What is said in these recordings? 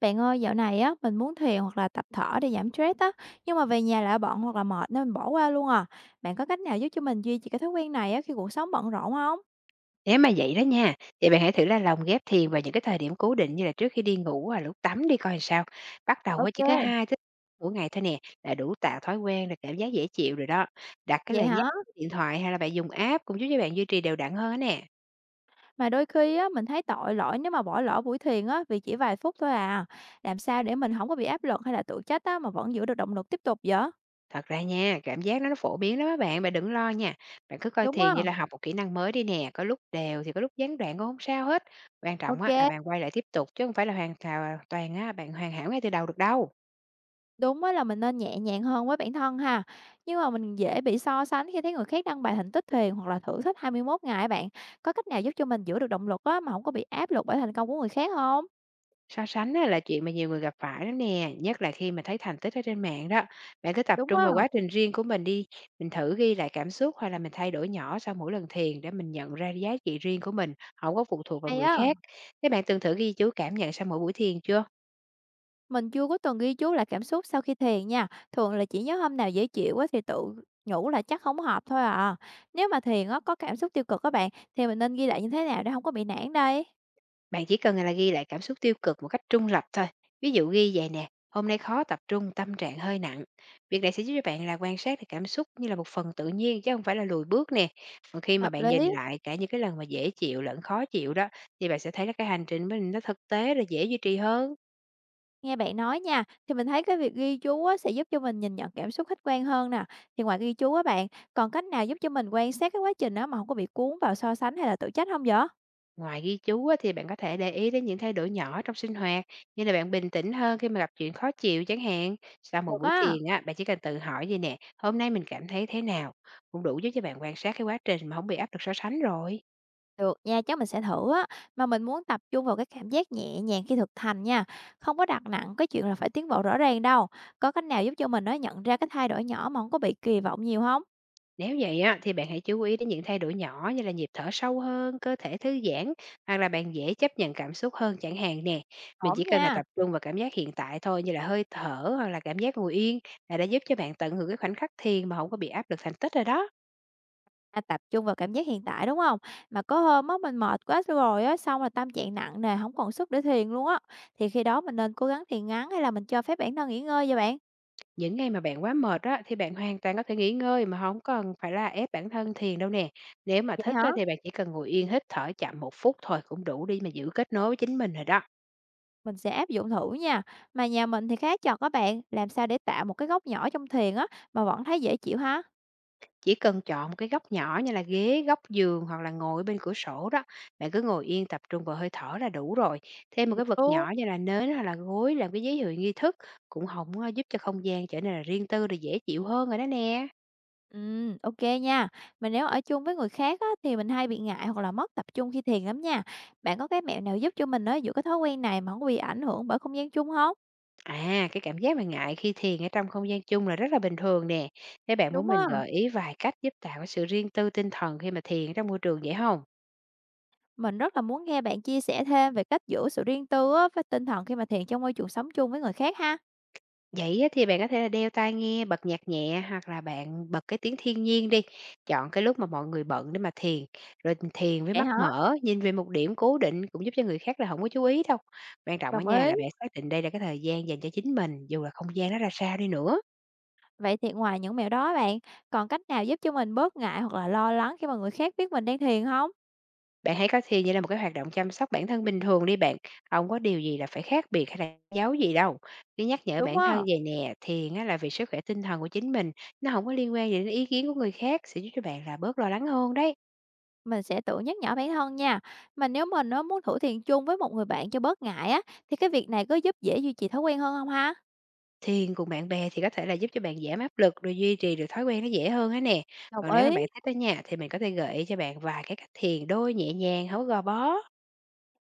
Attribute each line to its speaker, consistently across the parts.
Speaker 1: Bạn ơi, dạo này á, mình muốn thiền hoặc là tập thở để giảm stress á, nhưng mà về nhà lại bận hoặc là mệt nên mình bỏ qua luôn à. Bạn có cách nào giúp cho mình duy trì cái thói quen này á khi cuộc sống bận rộn không?
Speaker 2: Nếu mà vậy đó nha, thì bạn hãy thử là lồng ghép thiền vào những cái thời điểm cố định như là trước khi đi ngủ hoặc lúc tắm đi coi sao. Bắt đầu á chỉ có
Speaker 1: Ok.
Speaker 2: 2 tới mỗi ngày thôi nè, là đủ tạo thói quen rồi cảm giác dễ chịu rồi đó. Đặt cái
Speaker 1: Vậy
Speaker 2: lời nhắc
Speaker 1: hả?
Speaker 2: trên điện thoại hay là bạn dùng app cũng giúp cho bạn duy trì đều đặn hơn á nè.
Speaker 1: Mà đôi khi á, mình thấy tội lỗi nếu mà bỏ lỡ buổi thiền á, vì chỉ vài phút thôi à. Làm sao để mình không có bị áp lực hay là tự trách á, mà vẫn giữ được động lực tiếp tục vậy?
Speaker 2: Thật ra nha, cảm giác nó phổ biến lắm á bạn, bạn đừng lo nha. Bạn cứ coi
Speaker 1: Đúng á.
Speaker 2: thiền như là học một kỹ năng mới đi nè, có lúc đều thì có lúc gián đoạn cũng không sao hết. Quan trọng
Speaker 1: Ok.
Speaker 2: á là bạn quay lại tiếp tục chứ không phải là toàn á bạn hoàn hảo ngay từ đầu được đâu.
Speaker 1: Đúng á là mình nên nhẹ nhàng hơn với bản thân ha. Nhưng mà mình dễ bị so sánh khi thấy người khác đăng bài thành tích thuyền hoặc là thử thách 21 ngày á bạn. Có cách nào giúp cho mình giữ được động lực á mà không có bị áp lực bởi thành công của người khác không?
Speaker 2: So sánh á, là chuyện mà nhiều người gặp phải đó nè, nhất là khi mà thấy thành tích ở trên mạng đó. Bạn cứ tập
Speaker 1: Đúng
Speaker 2: trung
Speaker 1: á,
Speaker 2: vào quá trình riêng của mình đi, mình thử ghi lại cảm xúc hoặc là mình thay đổi nhỏ sau mỗi lần thiền để mình nhận ra giá trị riêng của mình, không có phụ thuộc vào
Speaker 1: hay
Speaker 2: người
Speaker 1: á.
Speaker 2: khác. Các bạn từng thử ghi chú cảm nhận sau mỗi buổi thiền chưa?
Speaker 1: Mình chưa có từng ghi chú lại cảm xúc sau khi thiền nha. Thường là chỉ nhớ hôm nào dễ chịu á thì tự nhủ là chắc không hợp thôi à. Nếu mà thiền á có cảm xúc tiêu cực các bạn, thì mình nên ghi lại như thế nào để không có bị nản đây?
Speaker 2: Bạn chỉ cần là ghi lại cảm xúc tiêu cực một cách trung lập thôi. Ví dụ ghi vậy nè, hôm nay khó tập trung, tâm trạng hơi nặng. Việc này sẽ giúp cho bạn là quan sát được cảm xúc như là một phần tự nhiên chứ không phải là lùi bước nè. Còn khi mà
Speaker 1: Hợp
Speaker 2: bạn nhìn
Speaker 1: lý.
Speaker 2: lại cả những cái lần mà dễ chịu lẫn khó chịu đó, thì bạn sẽ thấy là cái hành trình mình nó thực tế là dễ duy trì hơn.
Speaker 1: Nghe bạn nói nha, thì mình thấy cái việc ghi chú á, sẽ giúp cho mình nhìn nhận cảm xúc khách quan hơn nè. Thì ngoài ghi chú á bạn, còn cách nào giúp cho mình quan sát cái quá trình đó mà không có bị cuốn vào so sánh hay là tự trách không vậy?
Speaker 2: Ngoài ghi chú á, thì bạn có thể để ý đến những thay đổi nhỏ trong sinh hoạt, như là bạn bình tĩnh hơn khi mà gặp chuyện khó chịu chẳng hạn. Sau một
Speaker 1: Được
Speaker 2: buổi
Speaker 1: á.
Speaker 2: thiền á, bạn chỉ cần tự hỏi vậy nè, hôm nay mình cảm thấy thế nào, cũng đủ giúp cho bạn quan sát cái quá trình mà không bị áp lực so sánh rồi.
Speaker 1: Được nha, chắc mình sẽ thử á. Mà mình muốn tập trung vào cái cảm giác nhẹ nhàng khi thực hành nha. Không có đặt nặng cái chuyện là phải tiến bộ rõ ràng đâu. Có cách nào giúp cho mình nó nhận ra cái thay đổi nhỏ mà không có bị kỳ vọng nhiều không?
Speaker 2: Nếu vậy á, thì bạn hãy chú ý đến những thay đổi nhỏ như là nhịp thở sâu hơn, cơ thể thư giãn, hoặc là bạn dễ chấp nhận cảm xúc hơn chẳng hạn nè. Mình
Speaker 1: Ổn
Speaker 2: chỉ cần là
Speaker 1: nha.
Speaker 2: tập trung vào cảm giác hiện tại thôi, như là hơi thở hoặc là cảm giác ngồi yên, là đã giúp cho bạn tận hưởng cái khoảnh khắc thiền mà không có bị áp lực thành tích rồi đó.
Speaker 1: À, tập trung vào cảm giác hiện tại, đúng không? Mà có hôm á mình mệt quá rồi á, xong là tâm trạng nặng nề, không còn sức để thiền luôn á, thì khi đó mình nên cố gắng thiền ngắn hay là mình cho phép bản thân nghỉ ngơi vậy bạn?
Speaker 2: Những ngày mà bạn quá mệt á, thì bạn hoàn toàn có thể nghỉ ngơi mà không cần phải là ép bản thân thiền đâu nè. Nếu mà
Speaker 1: Vậy
Speaker 2: thích
Speaker 1: hả?
Speaker 2: á, thì bạn chỉ cần ngồi yên hít thở chậm 1 phút thôi cũng đủ đi mà giữ kết nối với chính mình rồi đó.
Speaker 1: Mình sẽ áp dụng thử nha. Mà nhà mình thì khá chật á bạn, làm sao để tạo một cái góc nhỏ trong thiền á, mà vẫn thấy dễ chịu ha?
Speaker 2: Chỉ cần chọn một cái góc nhỏ như là ghế, góc giường hoặc là ngồi bên cửa sổ đó, bạn cứ ngồi yên tập trung vào hơi thở là đủ rồi. Thêm một
Speaker 1: Được
Speaker 2: cái vật
Speaker 1: luôn.
Speaker 2: nhỏ như là nến hoặc là gối làm cái giấy hiệu nghi thức cũng không a, giúp cho không gian trở nên là riêng tư rồi dễ chịu hơn rồi đó nè.
Speaker 1: Ừ, ok nha. Mà nếu ở chung với người khác á, thì mình hay bị ngại hoặc là mất tập trung khi thiền lắm nha. Bạn có cái mẹo nào giúp cho mình á, giữ cái thói quen này mà không bị ảnh hưởng bởi không gian chung hông?
Speaker 2: À, cái cảm giác mà ngại khi thiền ở trong không gian chung là rất là bình thường nè. Thế bạn muốn
Speaker 1: Đúng
Speaker 2: mình
Speaker 1: á.
Speaker 2: gợi ý vài cách giúp tạo cái sự riêng tư tinh thần khi mà thiền trong môi trường vậy không?
Speaker 1: Mình rất là muốn nghe bạn chia sẻ thêm về cách giữ sự riêng tư á, với tinh thần khi mà thiện trong môi trường sống chung với người khác ha.
Speaker 2: Vậy á thì bạn có thể là đeo tai nghe, bật nhạc nhẹ hoặc là bạn bật cái tiếng thiên nhiên đi. Chọn cái lúc mà mọi người bận để mà thiền, rồi thiền với
Speaker 1: Vậy
Speaker 2: mắt
Speaker 1: hả?
Speaker 2: mở, nhìn về một điểm cố định cũng giúp cho người khác là không có chú ý đâu. Quan trọng ở
Speaker 1: Đồng
Speaker 2: nhà
Speaker 1: ý.
Speaker 2: là bạn xác định đây là cái thời gian dành cho chính mình, dù là không gian nó ra sao đi nữa.
Speaker 1: Vậy thì ngoài những mẹo đó bạn, còn cách nào giúp cho mình bớt ngại hoặc là lo lắng khi mà người khác biết mình đang thiền không?
Speaker 2: Bạn hãy coi thiền như là một cái hoạt động chăm sóc bản thân bình thường đi bạn, không có điều gì là phải khác biệt hay là giấu gì đâu. Cứ nhắc nhở
Speaker 1: Đúng
Speaker 2: bản thân
Speaker 1: không?
Speaker 2: về nè, thiền á là vì sức khỏe tinh thần của chính mình, nó không có liên quan gì đến ý kiến của người khác, sẽ giúp cho bạn là bớt lo lắng hơn đấy.
Speaker 1: Mình sẽ tự nhắc nhở bản thân nha. Mà nếu mình á, muốn thử thiền chung với một người bạn cho bớt ngại á, thì cái việc này có giúp dễ duy trì thói quen hơn không ha?
Speaker 2: Thiền cùng bạn bè thì có thể là giúp cho bạn giảm áp lực, rồi duy trì được thói quen nó dễ hơn á nè.
Speaker 1: Đồng
Speaker 2: Còn nếu mà
Speaker 1: ý,
Speaker 2: bạn thích á nhà thì mình có thể gợi ý cho bạn vài cái cách thiền đôi nhẹ nhàng, không có gò bó.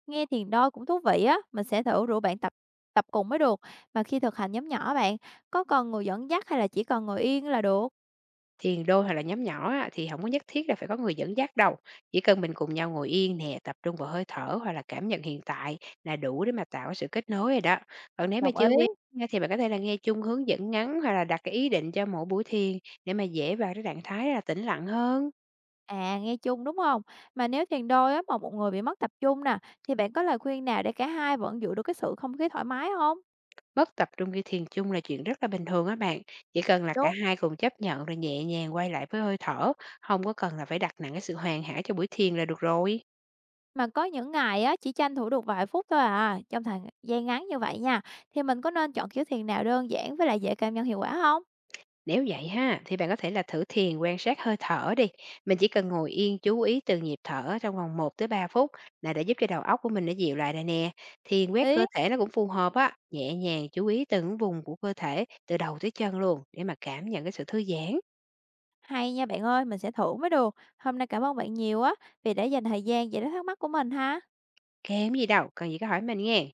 Speaker 1: nghe thiền đôi cũng thú vị á, mình sẽ thử rủ bạn tập tập cùng mới được. Mà khi thực hành nhóm nhỏ bạn, có cần người dẫn dắt hay là chỉ cần ngồi yên là được?
Speaker 2: Thiền đôi hoặc là nhóm nhỏ á, thì không có nhất thiết là phải có người dẫn dắt đâu, chỉ cần mình cùng nhau ngồi yên nè, tập trung vào hơi thở hoặc là cảm nhận hiện tại là đủ để mà tạo cái sự kết nối rồi đó. Còn nếu mà
Speaker 1: Đồng
Speaker 2: chưa
Speaker 1: ý.
Speaker 2: quen á, thì bạn có thể là nghe chung hướng dẫn ngắn hoặc là đặt cái ý định cho mỗi buổi thiền để mà dễ vào cái trạng thái là tĩnh lặng hơn.
Speaker 1: À, nghe chung, đúng không? Mà nếu thiền đôi á, mà một người bị mất tập trung nè, thì bạn có lời khuyên nào để cả hai vẫn giữ được cái sự không khí thoải mái không?
Speaker 2: Mất tập trung khi thiền chung là chuyện rất là bình thường á bạn, chỉ cần là
Speaker 1: Đúng.
Speaker 2: cả hai cùng chấp nhận rồi nhẹ nhàng quay lại với hơi thở, không có cần là phải đặt nặng cái sự hoàn hảo cho buổi thiền là được rồi.
Speaker 1: Mà có những ngày á, chỉ tranh thủ được vài phút thôi à, trong thời gian ngắn như vậy nha, thì mình có nên chọn kiểu thiền nào đơn giản với lại dễ cảm nhận hiệu quả không?
Speaker 2: Nếu vậy ha, thì bạn có thể là thử thiền quan sát hơi thở đi. Mình chỉ cần ngồi yên chú ý từng nhịp thở trong vòng 1 tới 3 phút là đã giúp cho đầu óc của mình nó dịu lại rồi nè. Thiền quét
Speaker 1: Ý.
Speaker 2: cơ thể nó cũng phù hợp á, nhẹ nhàng chú ý từng vùng của cơ thể từ đầu tới chân luôn để mà cảm nhận cái sự thư giãn.
Speaker 1: Hay nha bạn ơi, mình sẽ thử mới được. Hôm nay cảm ơn bạn nhiều á, vì đã dành thời gian giải đáp thắc mắc của mình ha.
Speaker 2: Kém gì đâu, cần gì có hỏi mình nghe.